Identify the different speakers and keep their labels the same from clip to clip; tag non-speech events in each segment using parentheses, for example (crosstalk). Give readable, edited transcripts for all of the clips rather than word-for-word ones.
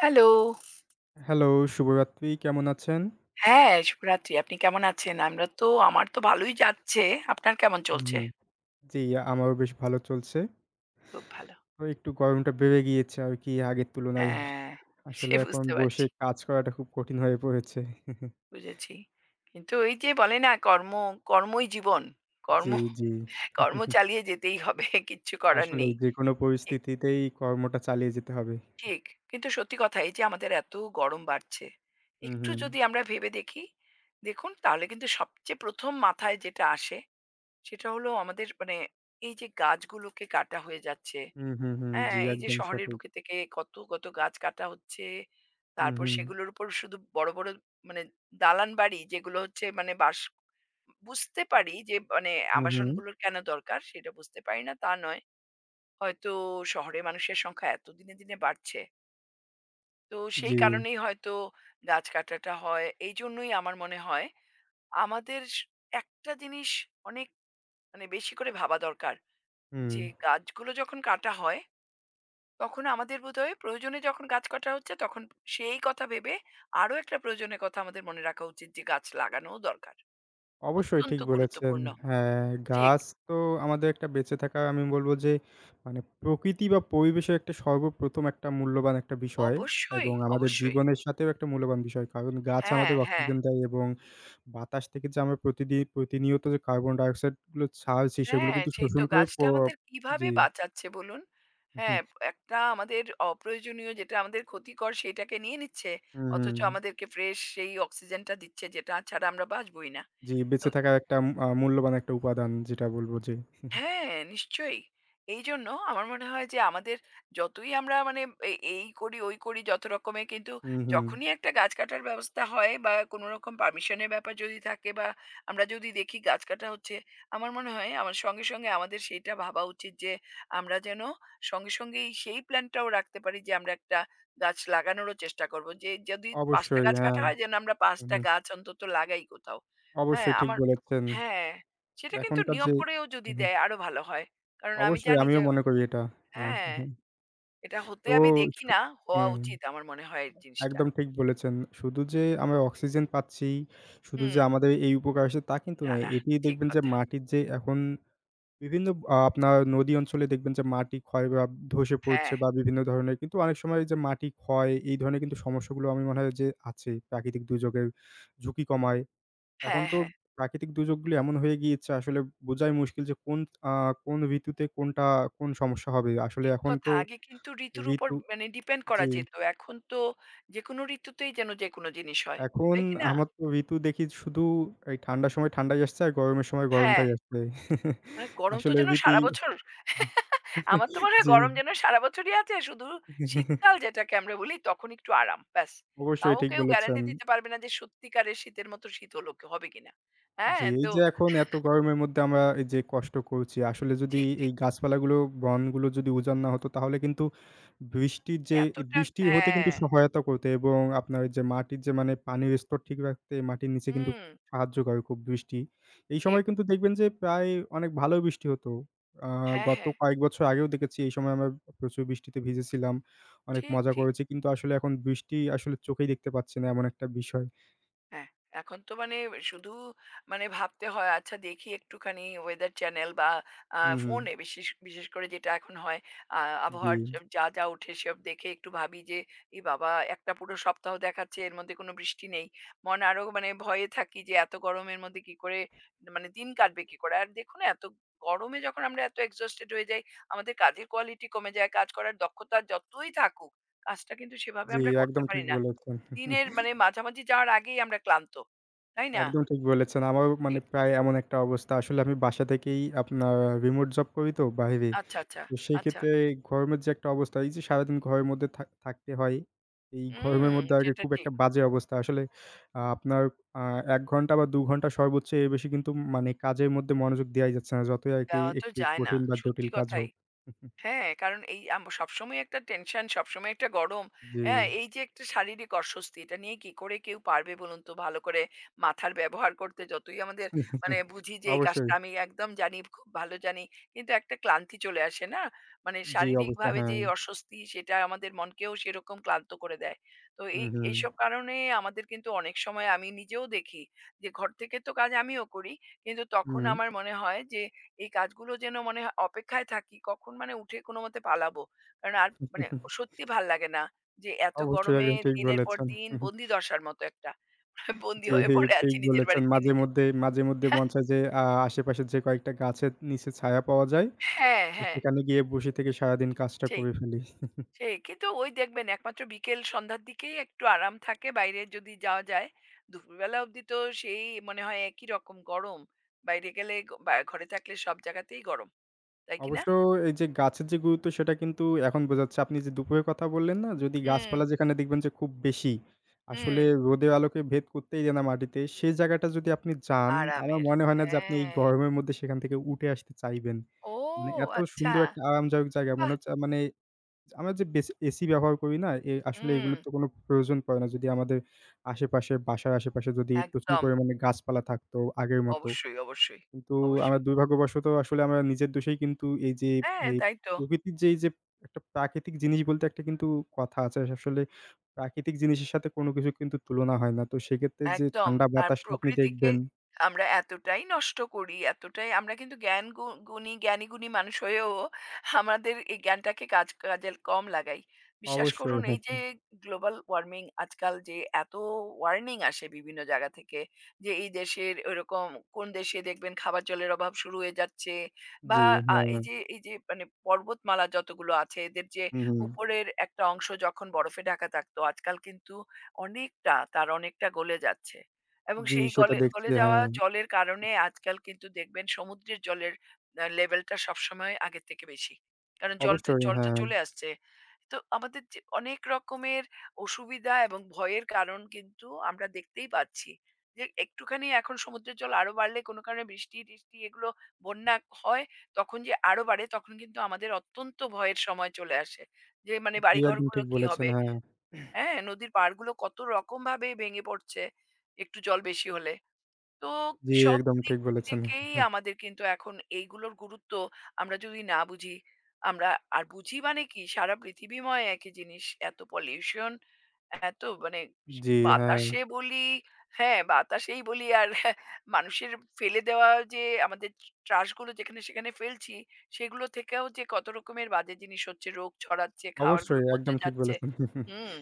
Speaker 1: Hello.
Speaker 2: Hello, শুভরাত্রি। কেমন আছেন?
Speaker 1: হ্যাঁ, শুভরাত্রি। আপনি কেমন আছেন? আমরা তো আমার তো ভালোই যাচ্ছে। আপনার কেমন
Speaker 2: হুম,
Speaker 1: চলছে?
Speaker 2: হুম। জি, আমারও বেশ ভালো চলছে।
Speaker 1: খুব ভালো।
Speaker 2: তো একটু গরমটা বেড়ে গিয়েছে আরকি আগের তুলনায়।
Speaker 1: হ্যাঁ, সে
Speaker 2: আসলে এখন
Speaker 1: বুঝতে
Speaker 2: বসে
Speaker 1: পারছি।
Speaker 2: কাজ করাটা খুব কঠিন হয়ে পড়েছে।
Speaker 1: বুঝেছি। কিন্তু ওই যে বলে না কর্মই জীবন। কর্ম
Speaker 2: জি, জি।
Speaker 1: কর্ম চালিয়ে যেতেই হবে। (laughs) কিচ্ছু করার
Speaker 2: আসলেই
Speaker 1: নেই।
Speaker 2: যেকোনো
Speaker 1: ঠিক,
Speaker 2: পরিস্থিতিতেই কর্মটা চালিয়ে যেতে হবে।
Speaker 1: ঠিক। কিন্তু সত্যি কথা এই যে আমাদের এত গরম বাড়ছে।
Speaker 2: হুম,
Speaker 1: একটু
Speaker 2: হুম।
Speaker 1: যদি আমরা ভেবে দেখি, দেখুন তাহলে কিন্তু সবচেয়ে ১ম মাথায় যেটা আসে সেটা হলো আমাদের মানে এই যে গাছগুলোকে কাটা হয়ে যাচ্ছে।
Speaker 2: হুম, হুম, হুম।
Speaker 1: হ্যাঁ,
Speaker 2: জি,
Speaker 1: এই যে
Speaker 2: একদম
Speaker 1: শহরের
Speaker 2: সঠিক।
Speaker 1: বুকে থেকে কত, কত গাছ কাটা হচ্ছে।
Speaker 2: হুম,
Speaker 1: তারপর
Speaker 2: হুম।
Speaker 1: সেগুলোর উপর শুধু বড়, বড় মানে দালান বাড়ি যেগুলো হচ্ছে মানে বুঝতে পারি যে মানে
Speaker 2: হুম, হুম।
Speaker 1: আবাসনগুলোর কেন দরকার সেটা বুঝতে পারি না তা নয়। হয়তো শহরে মানুষের সংখ্যা এত দিনে, দিনে বাড়ছে। তো সেই
Speaker 2: জি।
Speaker 1: কারণেই হয়তো গাছ কাটাটা হয়। এইজন্যই আমার মনে হয় আমাদের একটা জিনিস অনেক মানে বেশি করে ভাবা দরকার
Speaker 2: হুম।
Speaker 1: যে গাছগুলো যখন কাটা হয় তখন আমাদের বোধহয় প্রয়োজনে যখন গাছ কাটা হচ্ছে তখন সেই কথা ভেবে আরো একটা প্রয়োজনের কথা আমাদের মনে রাখা উচিত যে গাছ লাগানোও দরকার।
Speaker 2: অবশ্যই
Speaker 1: অত্যন্ত
Speaker 2: ঠিক বলেছেন।
Speaker 1: গুরুত্বপূর্ণ।
Speaker 2: হ্যাঁ,
Speaker 1: ঠিক।
Speaker 2: গাছ তো আমাদের একটা বেঁচে থাকা আমি বলব যে মানে প্রকৃতি বা পরিবেশের একটা সর্বপ্রথম একটা মূল্যবান একটা বিষয়
Speaker 1: অবশ্যই,
Speaker 2: এবং আমাদের
Speaker 1: অবশ্যই।
Speaker 2: জীবনের সাথেও একটা মূল্যবান বিষয়। কারণ গাছ
Speaker 1: হ্যাঁ,
Speaker 2: আমাদের
Speaker 1: হ্যাঁ,
Speaker 2: অক্সিজেন দেয় এবং বাতাস থেকে যে আমরা প্রতিদিন প্রতিনিয়ত যে কার্বন ডাইঅক্সাইড গুলো ছাড়ছি সেগুলো
Speaker 1: হ্যাঁ,
Speaker 2: কিন্তু
Speaker 1: সেই তো
Speaker 2: শোষণ করে
Speaker 1: গাছটা আমাদের
Speaker 2: জি।
Speaker 1: কিভাবে বাঁচাচ্ছে বলুন?
Speaker 2: হুম,
Speaker 1: হ্যাঁ, একটা আমাদের অপ্রয়োজনীয় যেটা আমাদের ক্ষতিকর সেটাকে নিয়ে নিচ্ছে।
Speaker 2: হুম, হুম।
Speaker 1: অথচ আমাদেরকে ফ্রেশ সেই অক্সিজেনটা দিচ্ছে যেটা ছাড়া আমরা বাঁচবই না।
Speaker 2: জি,
Speaker 1: তো
Speaker 2: বেঁচে থাকার একটা মূল্যবান একটা উপাদান যেটা বলব যে
Speaker 1: হ্যাঁ, নিশ্চয়ই। এইজন্য আমার মনে হয় যে আমাদের যতই আমরা মানে এই করি, ওই করি যত রকমের কিন্তু
Speaker 2: হুম, হুম।
Speaker 1: যখনই একটা গাছ কাটার ব্যবস্থা হয় বা কোন রকম পারমিশনের ব্যাপার যদি থাকে বা আমরা যদি দেখি গাছ কাটা হচ্ছে, আমার মনে হয় আমার সঙ্গে, সঙ্গে আমাদের সেইটা ভাবা উচিত যে আমরা যেন সঙ্গে, সঙ্গেই সেই প্ল্যানটাও রাখতে পারি যে আমরা একটা গাছ লাগানোরও চেষ্টা করব। যে যদি ৫ টা
Speaker 2: অবশ্যই
Speaker 1: গাছ
Speaker 2: হ্যাঁ।
Speaker 1: কাটা হয় যেন আমরা ৫
Speaker 2: হুম,
Speaker 1: টা
Speaker 2: হুম।
Speaker 1: গাছ অন্তত লাগাই কোথাও। হ্যাঁ,
Speaker 2: অবশ্যই ঠিক
Speaker 1: আমার
Speaker 2: বলেছেন।
Speaker 1: হ্যাঁ। সেটা কিন্তু
Speaker 2: এখনকার
Speaker 1: নিয়ম
Speaker 2: যে
Speaker 1: করেও যদি
Speaker 2: হুম, হুম।
Speaker 1: দেয় আরো ভালো হয়। কারণ আমি
Speaker 2: অবশ্যই
Speaker 1: জানি
Speaker 2: আমিও
Speaker 1: যে
Speaker 2: মনে করি এটা। হ্যাঁ,
Speaker 1: হ্যাঁ,
Speaker 2: হ্যাঁ।
Speaker 1: এটা হতে
Speaker 2: তো
Speaker 1: আমি দেখি
Speaker 2: শু
Speaker 1: না। হওয়া
Speaker 2: হুম,
Speaker 1: উচিত আমার মনে হয় এই জিনিসটা।
Speaker 2: একদম ঠিক বলেছেন। শুধু যে আমরা অক্সিজেন পাচ্ছি, শুধু যে
Speaker 1: হুম,
Speaker 2: আমাদের এই উপকার আসে তা কিন্তু
Speaker 1: না,
Speaker 2: নয়।
Speaker 1: না
Speaker 2: এটি
Speaker 1: ঠিক
Speaker 2: দেখবেন যে
Speaker 1: কথা।
Speaker 2: মাটির যে এখন বিভিন্ন আপনার নদী অঞ্চলে দেখবেন যে মাটি ক্ষয় বা ধসে
Speaker 1: হ্যাঁ,
Speaker 2: পড়ছে বা বিভিন্ন ধরনের কিন্তু অনেক সময় যে মাটি ক্ষয় এই ধরনের কিন্তু সমস্যাগুলো আমি মনে হয় যে আছে। প্রাকৃতিক দুর্যোগের ঝুঁকি কমায়। এখন
Speaker 1: হ্যাঁ,
Speaker 2: তো
Speaker 1: হ্যাঁ।
Speaker 2: প্রাকৃতিক দুর্যোগগুলো এমন হয়ে গিয়েছে আসলে বোঝাই মুশকিল যে কোন আ কোন ঋতুতে কোনটা কোন সমস্যা হবে। আসলে
Speaker 1: ঠিক
Speaker 2: এখন
Speaker 1: কথা।
Speaker 2: তো
Speaker 1: আগে কিন্তু ঋতুর উপর
Speaker 2: ঋতু
Speaker 1: মানে ডিপেন্ড করা
Speaker 2: জি,
Speaker 1: যেত। এখন তো যেকোনো ঋতুতেই যেন যেকোনো জিনিস হয়।
Speaker 2: এখন
Speaker 1: তাই কি না?
Speaker 2: আমার তো ঋতু দেখি শুধু এই ঠান্ডার সময় ঠান্ডাই আসছে আর গরমের সময়
Speaker 1: হ্যাঁ,
Speaker 2: গরমটাই আসছে। (laughs)
Speaker 1: আর গরম তো
Speaker 2: আসলে
Speaker 1: যেন
Speaker 2: রীতি
Speaker 1: সারা বছর আমার তো মনে হয়
Speaker 2: জি।
Speaker 1: গরম যেন সারা বছরই আছে শুধু শীতকাল যেটাকে আমরা বলি তখন একটু আরাম ব্যাস
Speaker 2: অবশ্যই
Speaker 1: তাও
Speaker 2: ঠিক
Speaker 1: কেউ
Speaker 2: বলেছেন।
Speaker 1: গ্যারান্টি দিতে পারবে না যে সত্যিকারের শীতের মতো শীত হলো কি- হবে কিনা
Speaker 2: জি,
Speaker 1: হ্যাঁ
Speaker 2: এই
Speaker 1: তো
Speaker 2: যে এখন এত গরমের মধ্যে আমরা এই যে কষ্ট করছি, আসলে যদি
Speaker 1: ঠিক
Speaker 2: এই
Speaker 1: ঠিক
Speaker 2: গাছপালাগুলো, বনগুলো যদি উজাড় না হতো তাহলে কিন্তু বৃষ্টির যে
Speaker 1: এতটা
Speaker 2: বৃষ্টি হতে কিন্তু
Speaker 1: হ্যাঁ
Speaker 2: সহায়তা করতো এবং আপনার ওই যে মাটির যে মানে পানির স্তর ঠিক রাখতে মাটির নিচে কিন্তু
Speaker 1: হুম
Speaker 2: সাহায্য করে খুব বৃষ্টি। এই সময়
Speaker 1: ঠিক
Speaker 2: কিন্তু দেখবেন যে প্রায় অনেক ভালো বৃষ্টি হতো। আ
Speaker 1: হ্যাঁ
Speaker 2: গত
Speaker 1: হ্যাঁ
Speaker 2: কয়েক বছর আগেও দেখেছি এই সময় আমরা প্রচুর বৃষ্টিতে ভিজেছিলাম। অনেক
Speaker 1: ঠিক
Speaker 2: মজা
Speaker 1: ঠিক
Speaker 2: করেছি। কিন্তু আসলে এখন বৃষ্টি আসলে চোখেই দেখতে পাচ্ছি না এমন একটা বিষয়।
Speaker 1: হ্যাঁ, এখন তো মানে শুধু মানে ভাবতে হয় আচ্ছা দেখি একটুখানি ওয়েদার চ্যানেল বা আ
Speaker 2: হুম, হুম।
Speaker 1: ফোনে বিশেষ বিশেষ করে যেটা এখন হয় আ
Speaker 2: জি।
Speaker 1: আবহাওয়ার যা ওঠে সেসব দেখে একটু ভাবি যে, "এ বাবা! একটা পুরো সপ্তাহ দেখাচ্ছে এর মধ্যে কোনো বৃষ্টি নেই।" মন আরো মানে ভয়ে থাকি যে এত গরমের মধ্যে কি করে মানে দিন কাটবে কি করে? আর দেখুন এত গরমে যখন আমরা এত এক্সহস্টেড হয়ে যাই, আমাদের কাজের কোয়ালিটি কমে যায়, কাজ করার দক্ষতা যতই থাকুক, কাজটা কিন্তু সেভাবে
Speaker 2: জি,
Speaker 1: আমরা করতে
Speaker 2: একদম ঠিক
Speaker 1: পারি না।
Speaker 2: বলেছেন।
Speaker 1: দিনের
Speaker 2: (laughs)
Speaker 1: মানে মাঝামাঝি যাওয়ার আগেই আমরা ক্লান্ত। তাই না?
Speaker 2: একদম ঠিক বলেছেন। আমারও মানে
Speaker 1: এ
Speaker 2: প্রায় এমন একটা অবস্থা। আসলে আমি বাসা থেকেই আপনার রিমোট জব করি তো বাইরে।
Speaker 1: আচ্ছা, আচ্ছা,
Speaker 2: তো সেই
Speaker 1: আচ্ছা।
Speaker 2: ক্ষেত্রে গরমের যে একটা অবস্থা, এই যে সারাদিন ঘরের মধ্যে থাকতে হয়, এই গরমের
Speaker 1: হুম,
Speaker 2: মধ্যে আগে
Speaker 1: সেটা
Speaker 2: খুব
Speaker 1: ঠিক।
Speaker 2: একটা বাজে অবস্থা। আসলে আ আপনার আ ১ ঘন্টা বা ২ ঘন্টা সর্বোচ্চ এর বেশি কিন্তু মানে কাজের মধ্যে মনোযোগ দেওয়াই যাচ্ছে না, যতই আরকি
Speaker 1: যাওয়া তো
Speaker 2: একটু
Speaker 1: যায় না।
Speaker 2: কঠিন বা
Speaker 1: সত্যি
Speaker 2: জটিল কাজ
Speaker 1: কথাই।
Speaker 2: হোক। (laughs)
Speaker 1: হ্যাঁ, কারণ এই সবসময় একটা টেনশন, সবসময় একটা গরম।
Speaker 2: জি।
Speaker 1: হ্যাঁ, এই যে একটা শারীরিক অস্বস্তি, এটা নিয়ে কি করে কেউ পারবে বলুন তো ভালো করে মাথার ব্যবহার করতে? যতই আমাদের মানে
Speaker 2: (laughs)
Speaker 1: বুঝি যে এই
Speaker 2: অবশ্যই।
Speaker 1: কাজটা আমি একদম জানি, খুব ভালো জানি। কিন্তু একটা ক্লান্তি চলে আসে না? মানে
Speaker 2: জি, অবশ্যই।
Speaker 1: শারীরিকভাবে
Speaker 2: হ্যাঁ।
Speaker 1: যে অস্বস্তি, সেটা আমাদের মনকেও সেরকম ক্লান্ত করে দেয়। তো
Speaker 2: হুম,
Speaker 1: এই
Speaker 2: হুম।
Speaker 1: এইসব কারণে আমাদের কিন্তু অনেক সময় আমি নিজেও দেখি যে ঘর থেকে তো কাজ আমিও করি। কিন্তু তখন আমার মনে হয় যে এই কাজগুলো যেন মনে হয় অপেক্ষায় থাকি কখন মানে উঠে কোনোমতে পালাবো। কারণ আর মানে
Speaker 2: হুম।
Speaker 1: সত্যি ভাল লাগে না যে এত
Speaker 2: অবশ্যই
Speaker 1: গরমে
Speaker 2: একদম ঠিক
Speaker 1: দিনের পর
Speaker 2: বলেছেন।
Speaker 1: দিন বন্দিদশার মতো একটা (laughs) বন্দী
Speaker 2: জি,
Speaker 1: হয়ে পড়ে
Speaker 2: ঠিক
Speaker 1: আছি নিজের
Speaker 2: বলেছেন।
Speaker 1: বাড়িতে নিজে।
Speaker 2: মাঝেমধ্যে মাঝেমধ্যে মন চায় যে আশেপাশে যে কয়েকটা গাছের নিচে ছায়া পাওয়া যায়,
Speaker 1: হ্যাঁ, হ্যাঁ,
Speaker 2: সেখানে গিয়ে বসে থেকে সারাদিন কাজটা
Speaker 1: সেই,
Speaker 2: করে ফেলি।
Speaker 1: সেই। কিন্তু ওই দেখবেন একমাত্র বিকেল সন্ধ্যার দিকেই একটু আরাম থাকে বাইরে যদি যাওয়া যায়। দুপুরবেলা অবধি তো সেই মনে হয় একই রকম গরম। বাইরে গেলে বা ঘরে থাকলে সব জায়গাতেই গরম। তাই কি না?
Speaker 2: অবশ্য এই যে গাছের যে গুরুত্ব সেটা কিন্তু এখন বোঝা যাচ্ছে। আপনি যে দুপুরের কথা বললেন না, যদি
Speaker 1: হুম,
Speaker 2: গাছপালা যেখানে দেখবেন যে খুব বেশি, আসলে
Speaker 1: হুম।
Speaker 2: রোদের আলোকে ভেদ করতেই দেয় না মাটিতে, সেই জায়গাটা যদি আপনি যান, আমার
Speaker 1: আরামের।
Speaker 2: মনে হয় না যে আপনি এই
Speaker 1: হ্যাঁ।
Speaker 2: গরমের মধ্যে সেখান থেকে উঠে আসতে চাইবেন।
Speaker 1: ও
Speaker 2: মানে এত
Speaker 1: আচ্ছা।
Speaker 2: সুন্দর একটা আরামদায়ক জায়গা মনে
Speaker 1: বাহ!
Speaker 2: হচ্ছে মানে আমরা যে বেস এসি ব্যবহার করি না, আসলে
Speaker 1: হুম,
Speaker 2: এগুলোর তো কোনো প্রয়োজন পড়ে না। যদি আমাদের আশেপাশে বাসার আশেপাশে যদি প্রচুর
Speaker 1: একদম।
Speaker 2: পরিমাণে গাছপালা থাকতো আগের মতো।
Speaker 1: অবশ্যই, অবশ্যই,
Speaker 2: কিন্তু আমরা
Speaker 1: অবশ্যই।
Speaker 2: দুর্ভাগ্যবশত আসলে আমরা নিজের দোষেই কিন্তু এই যে
Speaker 1: হ্যাঁ,
Speaker 2: এই
Speaker 1: তাই তো।
Speaker 2: প্রকৃতির যে এই যে একটা প্রাকৃতিক জিনিস বলতে একটা কিন্তু কথা আছে। আসলে প্রাকৃতিক জিনিসের সাথে কোনো কিছুর কিন্তু তুলনা হয় না। তো সেক্ষেত্রে যে
Speaker 1: একদম।
Speaker 2: ঠান্ডা
Speaker 1: আর
Speaker 2: বাতাসটা আপনি
Speaker 1: প্রকৃতিকে
Speaker 2: দেখবেন
Speaker 1: আমরা এতটাই নষ্ট করি, এতটাই আমরা কিন্তু জ্ঞান গু গুণী জ্ঞানী-গুণী মানুষ হয়েও আমাদের এই জ্ঞানটাকে কাজে কম লাগাই। বিশ্বাস
Speaker 2: অবশ্যই
Speaker 1: করুন
Speaker 2: হ্যাঁ,
Speaker 1: এই যে
Speaker 2: হ্যাঁ।
Speaker 1: গ্লোবাল ওয়ার্মিং আজকাল যে এত ওয়ার্নিং আসে বিভিন্ন জায়গা থেকে যে এই দেশের ওইরকম কোন দেশে দেখবেন খাবার জলের অভাব শুরু হয়ে যাচ্ছে বা
Speaker 2: জি,
Speaker 1: আ এই
Speaker 2: হ্যাঁ।
Speaker 1: যে এই যে মানে পর্বতমালা যতগুলো আছে এদের যে
Speaker 2: হুম, হুম।
Speaker 1: উপরের একটা অংশ যখন বরফে ঢাকা থাকতো আজকাল কিন্তু অনেকটা, তার অনেকটা গলে যাচ্ছে। এবং
Speaker 2: জি,
Speaker 1: সেই
Speaker 2: সেটা
Speaker 1: গলে
Speaker 2: দেখছি।
Speaker 1: গলে যাওয়া
Speaker 2: হ্যাঁ,
Speaker 1: জলের কারণে আজকাল কিন্তু দেখবেন সমুদ্রের জলের আ লেভেলটা সবসময় আগের থেকে বেশি। কারণ জলটা
Speaker 2: অবশ্যই।
Speaker 1: জলটা
Speaker 2: হ্যাঁ,
Speaker 1: চলে আসছে। তো আমাদের যে অনেক রকমের অসুবিধা এবং ভয়ের কারণ কিন্তু আমরা দেখতেই পাচ্ছি। যে একটুখানি এখন সমুদ্রের জল আরো বাড়লে কোনো কারণে বৃষ্টি-টিষ্টি এগুলো বন্যা হয়, তখন যে আরো বাড়ে তখন কিন্তু আমাদের অত্যন্ত ভয়ের সময় চলে আসে। যে মানে
Speaker 2: জি, একদম
Speaker 1: বাড়িঘরগুলো
Speaker 2: ঠিক
Speaker 1: কি
Speaker 2: বলেছেন।
Speaker 1: হবে?
Speaker 2: হ্যাঁ।
Speaker 1: হ্যাঁ, নদীর পাড়গুলো কত রকমভাবে ভেঙে পড়ছে একটু জল বেশি হলে। তো
Speaker 2: জি,
Speaker 1: সব
Speaker 2: একদম
Speaker 1: দিক
Speaker 2: ঠিক বলেছেন।
Speaker 1: থেকেই আমাদের কিন্তু এখন এইগুলোর গুরুত্ব আমরা যদি না বুঝি, আমরা আর বুঝি মানে কি সারা পৃথিবীময় একই জিনিস। এত পলিউশন, এত মানে স
Speaker 2: জি, হ্যাঁ,
Speaker 1: বাতাসে বলি হ্যাঁ, বাতাসেই বলি আর (laughs) মানুষের ফেলে দেওয়া যে আমাদের ট্রাশগুলো যেখানে সেখানে ফেলছি, সেগুলো থেকেও যে কত রকমের বাজে জিনিস হচ্ছে, রোগ ছড়াচ্ছে, খাবারগুলো
Speaker 2: অবশ্যই একদম
Speaker 1: পচে
Speaker 2: ঠিক
Speaker 1: যাচ্ছে।
Speaker 2: বলেছেন। (laughs)
Speaker 1: হুম,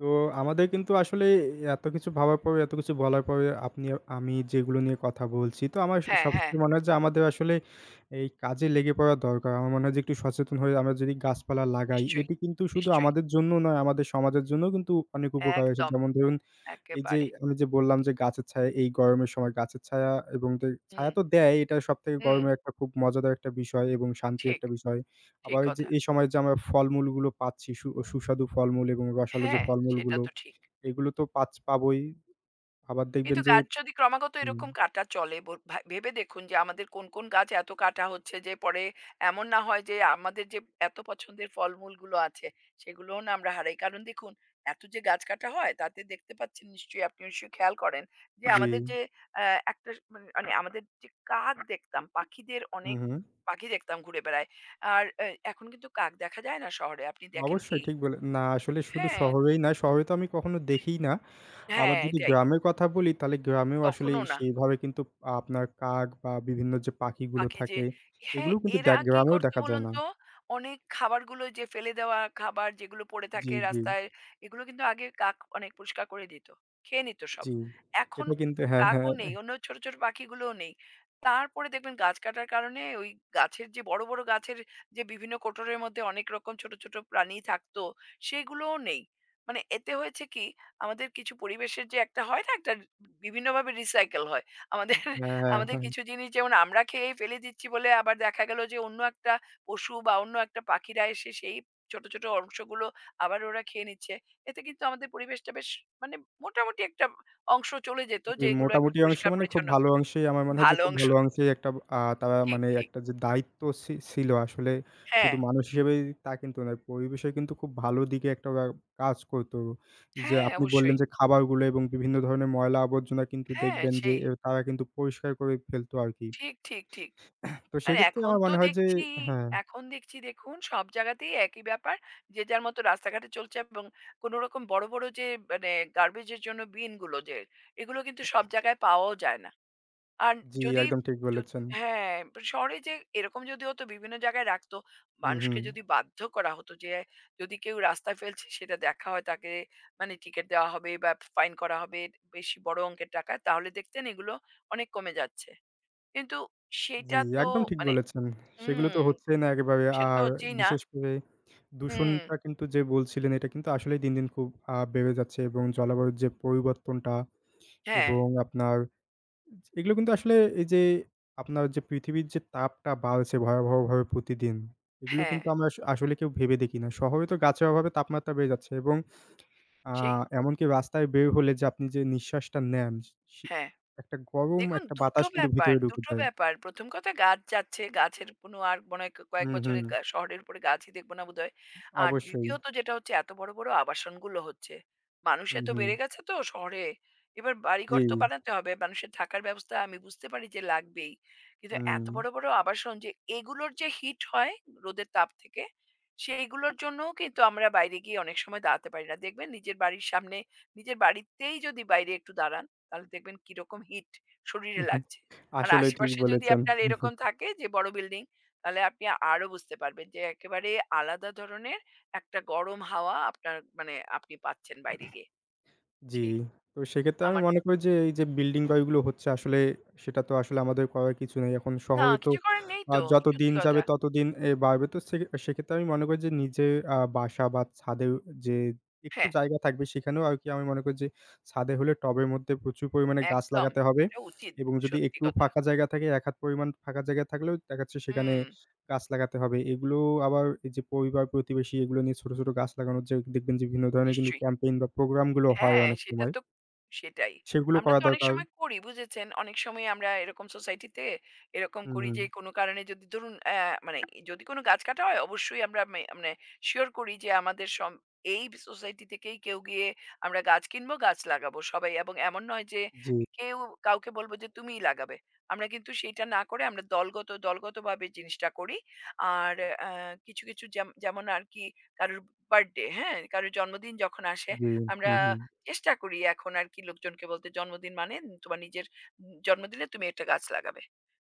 Speaker 2: তো আমাদের কিন্তু আসলে এত কিছু ভাবার পরে, এত কিছু বলার পরে আপনি আমি যেগুলো নিয়ে কথা বলছি, তো আমার
Speaker 1: হ্যাঁ, হ্যাঁ।
Speaker 2: সবসময় মনে হয় যে আমাদের আসলে এই কাজে লেগে পড়া দরকার। আমার মনে হয় যে একটু সচেতন হয়ে আমরা যদি গাছপালা লাগাই,
Speaker 1: নিশ্চয়ই,
Speaker 2: এটি কিন্তু শুধু
Speaker 1: নিশ্চয়ই।
Speaker 2: আমাদের জন্য নয়, আমাদের সমাজের জন্যও কিন্তু অনেক উপকার আসে।
Speaker 1: একদম,
Speaker 2: যেমন ধরুন এই যে
Speaker 1: একেবারে।
Speaker 2: আমি যে বললাম যে গাছের ছায়া এই গরমের সময় গাছের ছায়া এবং ছায়া
Speaker 1: হুম,
Speaker 2: তো দেয় এটা সবথেকে
Speaker 1: হুম।
Speaker 2: গরমের একটা খুব মজাদার একটা বিষয় এবং শান্তির
Speaker 1: ঠিক,
Speaker 2: একটা বিষয়।
Speaker 1: ঠিক
Speaker 2: আবার এই যে
Speaker 1: কথা।
Speaker 2: এই সময় যে আমরা ফলমূলগুলো পাচ্ছি সুস্বাদু ফলমূল এবং রসালো যে
Speaker 1: হ্যাঁ, সেটা
Speaker 2: ফলমূলগুলো
Speaker 1: তো ঠিক।
Speaker 2: এগুলো তো পাবোই। আবার দেখবেন
Speaker 1: কিন্তু
Speaker 2: যে
Speaker 1: গাছ যদি ক্রমাগত
Speaker 2: হুম,
Speaker 1: এরকম কাটা চলে ভেবে দেখুন যে আমাদের কোন কোন গাছ এত কাটা হচ্ছে যে পরে এমন না হয় যে আমাদের যে এত পছন্দের ফলমূলগুলো আছে সেগুলোও না আমরা হারাই কারণ দেখুন এত যে গাছ কাটা হয় তাতে দেখতে পাচ্ছেন নিশ্চয়ই আপনি নিশ্চয়ই খেয়াল করেন যে
Speaker 2: জি।
Speaker 1: আমাদের যে একটা স- মানে মানে আমাদের যে কাক দেখতাম পাখিদের
Speaker 2: হুম,
Speaker 1: অনেক
Speaker 2: হুম।
Speaker 1: পাখি দেখতাম ঘুরে বেড়ায় আর এখন কিন্তু কাক দেখা যায় না শহরে আপনি দেখেন
Speaker 2: অবশ্যই
Speaker 1: কি
Speaker 2: ঠিক বলে না আসলে শুধু
Speaker 1: হ্যাঁ
Speaker 2: শহরেই না, শহরে তো আমি কখনো দেখিই না।
Speaker 1: হ্যাঁ
Speaker 2: আবার যদি
Speaker 1: এটাই
Speaker 2: গ্রামের কথা বলি, তাহলে গ্রামেও আসলেই
Speaker 1: তখনও না
Speaker 2: সেইভাবে কিন্তু আপনার কাক বা বিভিন্ন যে পাখিগুলো
Speaker 1: থাকে যে
Speaker 2: থাকে,
Speaker 1: হ্যাঁ,
Speaker 2: এগুলোও কিন্তু
Speaker 1: এরা কি
Speaker 2: গ্রামেও
Speaker 1: করতো
Speaker 2: দেখা যায়
Speaker 1: বলুন
Speaker 2: না।
Speaker 1: তো? অনেক খাবারগুলো যে ফেলে দেওয়া খাবার যেগুলো পড়ে
Speaker 2: জি,
Speaker 1: থাকে
Speaker 2: জি,
Speaker 1: রাস্তায়, এগুলো কিন্তু আগে কাক অনেক পরিষ্কার করে দিত। খেয়ে নিত সব।
Speaker 2: জি।
Speaker 1: এখন
Speaker 2: এটা কিন্তু হ্যাঁ, হ্যাঁ,
Speaker 1: কাকও নেই, অন্য ছোট, ছোট পাখিগুলোও নেই। তারপরে দেখবেন গাছ কাটার কারণে ওই গাছের যে বড়, বড় গাছের যে বিভিন্ন কোটরের মধ্যে অনেক রকম ছোট, ছোট প্রাণী থাকতো, সেগুলোও নেই। মানে এতে হয়েছে কি? আমাদের কিছু পরিবেশের যে একটা হয় না? একটা বিভিন্নভাবে রিসাইকেল হয়। আমাদের
Speaker 2: হ্যাঁ, হ্যাঁ,
Speaker 1: আমাদের
Speaker 2: হ্যাঁ।
Speaker 1: কিছু জিনিস যেমন আমরা খেয়েই ফেলে দিচ্ছি বলে আবার দেখা গেল যে অন্য একটা পশু বা অন্য একটা পাখিরা এসে সেই ছোট ছোট অংশগুলো আবার ওরা খেয়ে নিচ্ছে এতে কিন্তু আমাদের পরিবেশটা বেশ মানে মোটামুটি একটা অংশ চলে যেত
Speaker 2: জি,
Speaker 1: যেগুলো একটু
Speaker 2: মোটামুটি অংশে
Speaker 1: পরিষ্কার
Speaker 2: মানে খুব
Speaker 1: পরিচ্ছন্ন
Speaker 2: ভালো অংশেই আমার মনে হয় যে
Speaker 1: ভালো
Speaker 2: খুব
Speaker 1: অংশ
Speaker 2: ভালো অংশেই একটা তারা
Speaker 1: ঠিক
Speaker 2: মানে
Speaker 1: ঠিক
Speaker 2: একটা যে দায়িত্ব ছিল আসলে
Speaker 1: হ্যাঁ
Speaker 2: শুধু মানুষ হিসেবেই তা কিন্তু নয়। পরিবেশের কিন্তু খুব ভালো দিকে একটা ওরা কাজ করতো। যে
Speaker 1: হ্যাঁ
Speaker 2: আপনি বললেন
Speaker 1: অবশ্যই
Speaker 2: যে খাবারগুলো এবং বিভিন্ন ধরনের ময়লা আবর্জনা কিন্তু
Speaker 1: হ্যাঁ
Speaker 2: দেখবেন যে
Speaker 1: সেই
Speaker 2: তারা কিন্তু পরিষ্কার করে ফেলতো আরকি।
Speaker 1: ঠিক ঠিক ঠিক
Speaker 2: তো
Speaker 1: আর
Speaker 2: সেক্ষেত্রে
Speaker 1: এখন
Speaker 2: আমার
Speaker 1: তো
Speaker 2: মনে হয় যে
Speaker 1: দেখছি
Speaker 2: হ্যাঁ,
Speaker 1: এখন দেখছি দেখুন সব জায়গাতেই একই ব্যাপার। যে যার মতো রাস্তাঘাটে চলছে এবং কোনো রকম বড়, বড় যে মানে গার্বেজ এর জন্য বিন গুলো যে এগুলো কিন্তু সব জায়গায় পাওয়াও যায় না। আর
Speaker 2: জি
Speaker 1: যদি
Speaker 2: একদম ঠিক
Speaker 1: যদ
Speaker 2: বলেছেন।
Speaker 1: হ্যাঁ, শহরে যে এরকম যদি হতো বিভিন্ন জায়গায় রাখতো,
Speaker 2: হুম,
Speaker 1: মানুষকে
Speaker 2: হুম।
Speaker 1: যদি বাধ্য করা হতো যে যদি কেউ রাস্তায় ফেলছে সেটা দেখা হয় তাকে মানে টিকেট দেওয়া হবে বা ফাইন করা হবে বেশি বড় অঙ্কের টাকা। তাহলে দেখতেন এগুলো অনেক কমে যাচ্ছে। কিন্তু
Speaker 2: জি,
Speaker 1: সেটা তো
Speaker 2: একদম ঠিক
Speaker 1: মানে
Speaker 2: বলেছেন।
Speaker 1: হুম,
Speaker 2: সেগুলো তো হচ্ছেই না একেবারে। আর
Speaker 1: সেটাও যেই না।
Speaker 2: বিশেষ করে
Speaker 1: হুম,
Speaker 2: দূষণটা কিন্তু যে বলছিলেন এটা কিন্তু আসলেই দিন, দিন খুব বেড়ে যাচ্ছে এবং জলবায়ুর যে পরিবর্তনটা
Speaker 1: হ্যাঁ,
Speaker 2: এবং আপনার এগুলো কিন্তু আসলে এই যে আপনার যে পৃথিবীর যে তাপটা বাড়ছে ভয়াবহভাবে প্রতিদিন, এগুলো
Speaker 1: হ্যাঁ,
Speaker 2: কিন্তু আমরা আসলে কেউ ভেবে দেখি না। শহরে তো গাছের অভাবে তাপমাত্রা বেড়ে যাচ্ছে এবং আ
Speaker 1: সেই,
Speaker 2: এমনকি রাস্তায় বের হলে যে আপনি যে নিঃশ্বাসটা নেন সে
Speaker 1: হ্যাঁ।
Speaker 2: একটা গরম
Speaker 1: দেখুন,
Speaker 2: একটা
Speaker 1: দুটো
Speaker 2: বাতাস কিন্তু
Speaker 1: ব্যাপার,
Speaker 2: ভিতরে ঢুকে
Speaker 1: দুটো
Speaker 2: যায়।
Speaker 1: ব্যাপার। ১ম কথা গাছ যাচ্ছে। গাছের কোনো আর মনে হয় কয়েক
Speaker 2: হুম, হুম।
Speaker 1: বছরে শহরের উপরে গাছই দেখব না বোধহয়। আর
Speaker 2: অবশ্যই।
Speaker 1: দ্বিতীয়ত যেটা হচ্ছে এত বড়, বড় আবাসনগুলো হচ্ছে। মানুষ
Speaker 2: হুম,
Speaker 1: এত
Speaker 2: হুম।
Speaker 1: বেড়ে গেছে তো শহরে। এবার বাড়িঘর
Speaker 2: জি,
Speaker 1: তো বানাতে হবে। মানুষের থাকার ব্যবস্থা আমি বুঝতে পারি যে লাগবেই। কিন্তু
Speaker 2: হুম।
Speaker 1: এত বড়, বড় আবাসন যে এগুলোর যে হিট হয় রোদের তাপ থেকে, সেইগুলোর জন্যও কিন্তু আমরা বাইরে গিয়ে অনেক সময় দাঁড়াতে পারি না। দেখবেন নিজের বাড়ির সামনে, নিজের বাড়িতেই যদি বাইরে একটু দাঁড়ান, তাহলে দেখবেন কিরকম হিট। শরীরে
Speaker 2: (laughs)
Speaker 1: লাগছে। আর
Speaker 2: আসলেই ঠিক
Speaker 1: আশেপাশে যদি
Speaker 2: বলেছেন।
Speaker 1: আপনার এরকম থাকে যে বড় বিল্ডিং, তাহলে আপনি আরো বুঝতে পারবেন যে একেবারে আলাদা ধরনের একটা গরম হাওয়া আপনার মানে আপনি পাচ্ছেন বাইরে গিয়ে।
Speaker 2: জি।
Speaker 1: সেই
Speaker 2: তো সেক্ষেত্রে আমি
Speaker 1: আমার
Speaker 2: মনে করি যে এই যে বিল্ডিং বায়ুগুলো হচ্ছে আসলে সেটা তো আসলে আমাদের করার কিছু নেই। এখন
Speaker 1: না
Speaker 2: শহরে তো
Speaker 1: কিছু করার নেই তো,
Speaker 2: যত দিন
Speaker 1: সত্যি
Speaker 2: যাবে
Speaker 1: কথা।
Speaker 2: ততদিন এ বাড়বে। তো সেক্ষেত্রে আমি মনে করি যে নিজে বাসা বা ছাদে যে একটু
Speaker 1: হ্যাঁ,
Speaker 2: জায়গা থাকবে সেখানেও আরকি আমি মনে করি যে ছাদে হলে টবের মধ্যে প্রচুর পরিমাণে গাছ
Speaker 1: একদম।
Speaker 2: লাগাতে হবে
Speaker 1: এটা উচিত,
Speaker 2: এবং যদি
Speaker 1: সত্যি
Speaker 2: একটু
Speaker 1: কথা।
Speaker 2: ফাঁকা জায়গা থাকে এক হাত পরিমাণ ফাঁকা জায়গা থাকলেও দেখা যাচ্ছে সেখানে
Speaker 1: হুম,
Speaker 2: গাছ লাগাতে হবে। এগুলো আবার এই যে পরিবার-প্রতিবেশী এগুলো নিয়ে ছোট, ছোট গাছ লাগানোর যে দেখবেন যে বিভিন্ন ধরনের কিন্তু
Speaker 1: নিশ্চয়ই।
Speaker 2: ক্যাম্পেইন বা প্রোগ্রাম গুলো হয়
Speaker 1: হ্যাঁ,
Speaker 2: অনেক
Speaker 1: সেটা
Speaker 2: সময়।
Speaker 1: তো সেটাই।
Speaker 2: সেগুলো
Speaker 1: আমরা
Speaker 2: করা
Speaker 1: তো অনেক
Speaker 2: দরকার
Speaker 1: সময় করি বুঝেছেন? অনেক সময় আমরা এরকম সোসাইটিতে এরকম
Speaker 2: হুম,
Speaker 1: করি
Speaker 2: হুম।
Speaker 1: যে কোনো কারণে যদি ধরুন মানে যদি কোনো গাছ কাটা হয় অবশ্যই আমরা মানে সিওর করি যে আমাদের এই সোসাইটি থেকেই কেউ গিয়ে আমরা গাছ কিনবো, গাছ লাগাবো সবাই এবং এমন নয় যে
Speaker 2: জি,
Speaker 1: কেউ কাউকে বলবো যে তুমিই লাগাবে। আমরা কিন্তু সেইটা না করে আমরা দলগতভাবে জিনিসটা করি। আর অ্যা কিছু, কিছু যেমন আর কি কারোর বার্থডে, হ্যাঁ? কারোর জন্মদিন যখন আসে
Speaker 2: জি।
Speaker 1: আমরা
Speaker 2: হুম, হুম।
Speaker 1: চেষ্টা করি এখন আর কি লোকজনকে বলতে জন্মদিন মানে তোমার নিজের জন্মদিনে তুমি একটা গাছ লাগাবে।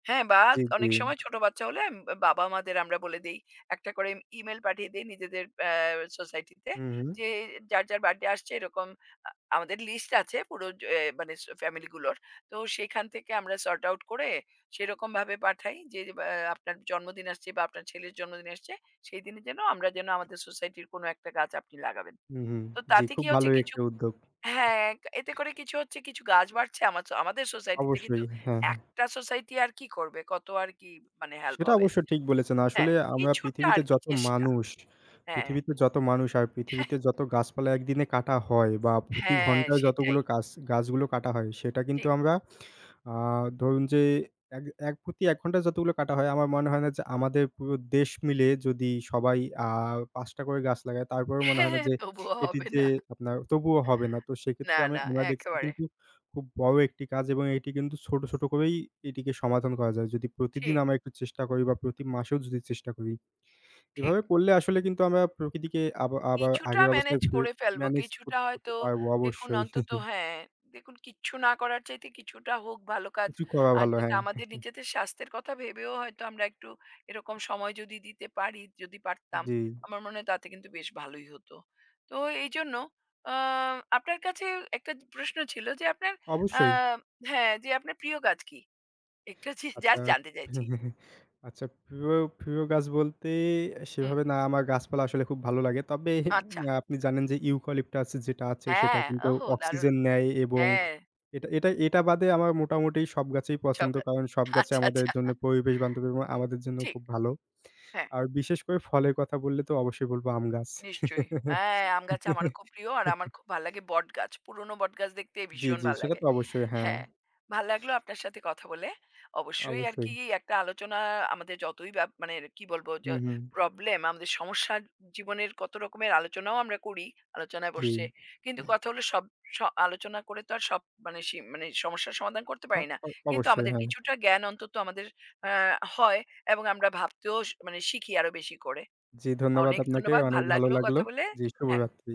Speaker 1: হ্যাঁ, বা
Speaker 2: জি, জি।
Speaker 1: অনেক সময় ছোট বাচ্চা হলে বাবা-মাদের আমরা বলে দেই। একটা করে ইমেইল পাঠিয়ে দেই নিজেদের সোসাইটিতে
Speaker 2: হুম, হুম।
Speaker 1: যে যার, যার বার্থডে আসছে এরকম আ আমাদের লিস্ট আছে পুরো য এ মানে স ফ্যামিলি গুলোর। তো সেখান থেকে আমরা সর্ট আউট করে সেরকমভাবে পাঠাই যে বা আপনার জন্মদিন আসছে বা আপনার ছেলের জন্মদিন আসছে, সেই দিনে যেন আমরা যেন আমাদের সোসাইটির কোনো একটা গাছ আপনি লাগাবেন।
Speaker 2: হুম, হুম।
Speaker 1: তো
Speaker 2: জি,
Speaker 1: তাতে
Speaker 2: খুব
Speaker 1: কি হচ্ছে
Speaker 2: ভালোই
Speaker 1: কিছু
Speaker 2: একটা উদ্যোগ।
Speaker 1: হ্যাঁ, এক এতে করে কিছু হচ্ছে কিছু গাছ বাড়ছে আমার আমাদের সোসাইটিতে। কিন্তু
Speaker 2: অবশ্যই। হ্যাঁ, হ্যাঁ।
Speaker 1: একটা সোসাইটি আর কি করবে? কত আর কি মানে হেল্প
Speaker 2: সেটা
Speaker 1: হবে?
Speaker 2: অবশ্য ঠিক বলেছেন। আসলে
Speaker 1: হ্যাঁ,
Speaker 2: আমরা
Speaker 1: কিছুটা
Speaker 2: পৃথিবীতে
Speaker 1: আর কি
Speaker 2: যত
Speaker 1: চেষ্টা।
Speaker 2: মানুষ,
Speaker 1: হ্যাঁ,
Speaker 2: পৃথিবীতে যত মানুষ আর পৃথিবীতে যত গাছপালা একদিনে কাটা হয় বা প্রতি
Speaker 1: হ্যাঁ,
Speaker 2: ঘন্টায় যতগুলো
Speaker 1: সেটাই।
Speaker 2: গাছ গাছগুলো কাটা হয় সেটা কিন্তু
Speaker 1: ঠিক।
Speaker 2: আমরা আ ধরুন যে এক এক প্রতি ১ ঘন্টায় যতগুলো কাটা হয় আমার মনে হয় না যে আমাদের পুরো দেশ মিলে যদি সবাই আ ৫ টা করে গাছ লাগায় তারপরেও মনে হয় না যে
Speaker 1: (laughs) তবুও
Speaker 2: এটি
Speaker 1: হবে
Speaker 2: যে
Speaker 1: না।
Speaker 2: আপনার তবুও হবে না। তো সেক্ষেত্রে
Speaker 1: না,
Speaker 2: আমি
Speaker 1: না,
Speaker 2: আমরা দেখছি
Speaker 1: একেবারে।
Speaker 2: কিন্তু খুব বড় একটি কাজ এবং এটি কিন্তু ছোট, ছোট করেই এটিকে সমাধান করা যায়। যদি প্রতিদিন
Speaker 1: ঠিক,
Speaker 2: আমরা একটু চেষ্টা করি বা প্রতি মাসেও যদি চেষ্টা করি।
Speaker 1: ঠিক।
Speaker 2: এভাবে করলে আসলে কিন্তু আমরা প্রকৃতিকে আবার
Speaker 1: কিছুটা
Speaker 2: আগের অবস্থায়
Speaker 1: ম্যানেজ
Speaker 2: ফিরে
Speaker 1: করে ফেলবো।
Speaker 2: ম্যানেজ
Speaker 1: কিছুটা
Speaker 2: করতে
Speaker 1: হয়তো
Speaker 2: পারবো
Speaker 1: দেখুন
Speaker 2: অবশ্যই।
Speaker 1: অন্তত
Speaker 2: (laughs)
Speaker 1: হ্যাঁ, দেখুন কিচ্ছু না করার চাইতে কিছুটা হোক ভালো কাজ।
Speaker 2: কিছু করা
Speaker 1: আর
Speaker 2: ভালো
Speaker 1: যেটা
Speaker 2: হ্যাঁ,
Speaker 1: আমাদের নিজেদের স্বাস্থ্যের কথা ভেবেও হয়তো আমরা একটু এরকম সময় যদি দিতে পারি, যদি পারতাম,
Speaker 2: জি
Speaker 1: আমার মনে হয় তাতে কিন্তু বেশ ভালোই হতো। তো এইজন্য আ আপনার কাছে একটা প্রশ্ন ছিল যে আপনার আ
Speaker 2: অবশ্যই।
Speaker 1: হ্যাঁ, যে আপনার প্রিয় কাজ কি? একটু যে (laughs)
Speaker 2: আচ্ছা,
Speaker 1: জাস্ট জানতে চাইছি।
Speaker 2: আচ্ছা প্রিয়, প্রিয় গাছ বলতে
Speaker 1: হুম,
Speaker 2: সেভাবে না আমার গাছপালা আসলে খুব ভালো লাগে। তবে
Speaker 1: আচ্ছা।
Speaker 2: আহ, আপনি জানেন যে ইউক্যালিপটাস যেটা আছে সেটা
Speaker 1: হ্যাঁ,
Speaker 2: কিন্তু
Speaker 1: ওহো দারুণ!
Speaker 2: অক্সিজেন নেয় এবং
Speaker 1: হ্যাঁ,
Speaker 2: এটা এটা এটা বাদে আমার মোটামুটি সব গাছেই
Speaker 1: সব
Speaker 2: পছন্দ।
Speaker 1: কাজ।
Speaker 2: কারণ সব গাছে
Speaker 1: আচ্ছা,
Speaker 2: আমাদের
Speaker 1: আচ্ছা।
Speaker 2: জন্য পরিবেশ বান্ধব এবং আমাদের জন্য
Speaker 1: ঠিক।
Speaker 2: খুব ভালো।
Speaker 1: হ্যাঁ।
Speaker 2: আর বিশেষ করে ফলের কথা বললে তো অবশ্যই বলব আম গাছ।
Speaker 1: নিশ্চয়ই। হ্যাঁ, আম গাছ আমারও খুব
Speaker 2: (laughs)
Speaker 1: প্রিয়। আর আমার খুব ভাল লাগে বটগাছ। পুরনো বটগাছ দেখতে
Speaker 2: জি,
Speaker 1: ভীষণ
Speaker 2: জি
Speaker 1: ভাল
Speaker 2: সেটা
Speaker 1: লাগে।
Speaker 2: তো অবশ্যই হ্যাঁ,
Speaker 1: হ্যাঁ, ভাল লাগলো আপনার সাথে কথা বলে। অবশ্যই আর
Speaker 2: অবশ্যই।
Speaker 1: কি একটা আলোচনা আমাদের যতই মানে কি বলবো যে
Speaker 2: হুম, হুম।
Speaker 1: প্রবলেম আমাদের সমস্যা জীবনের কত রকমের আলোচনাও আমরা করি, আলোচনায়
Speaker 2: জি।
Speaker 1: বসে। কিন্তু কথা হলো সব স আলোচনা করে তো আর সব মানে মানে সমস্যার সমাধান করতে
Speaker 2: অ
Speaker 1: পারি না।
Speaker 2: অ
Speaker 1: কিন্তু
Speaker 2: অবশ্যই
Speaker 1: আমাদের
Speaker 2: হ্যাঁ।
Speaker 1: কিছুটা জ্ঞান অন্তত আমাদের অ্যা হয় এবং আমরা ভাবতেও মানে শিখি আরো বেশি করে।
Speaker 2: জি, ধন্যবাদ
Speaker 1: অনেক
Speaker 2: আপনাকে।
Speaker 1: ধন্যবাদ।
Speaker 2: অনেক
Speaker 1: ভাল
Speaker 2: ভালো
Speaker 1: লাগলো
Speaker 2: লাগলো।
Speaker 1: কথা বলে।
Speaker 2: জি,
Speaker 1: হ্যাঁ।
Speaker 2: শুভরাত্রি।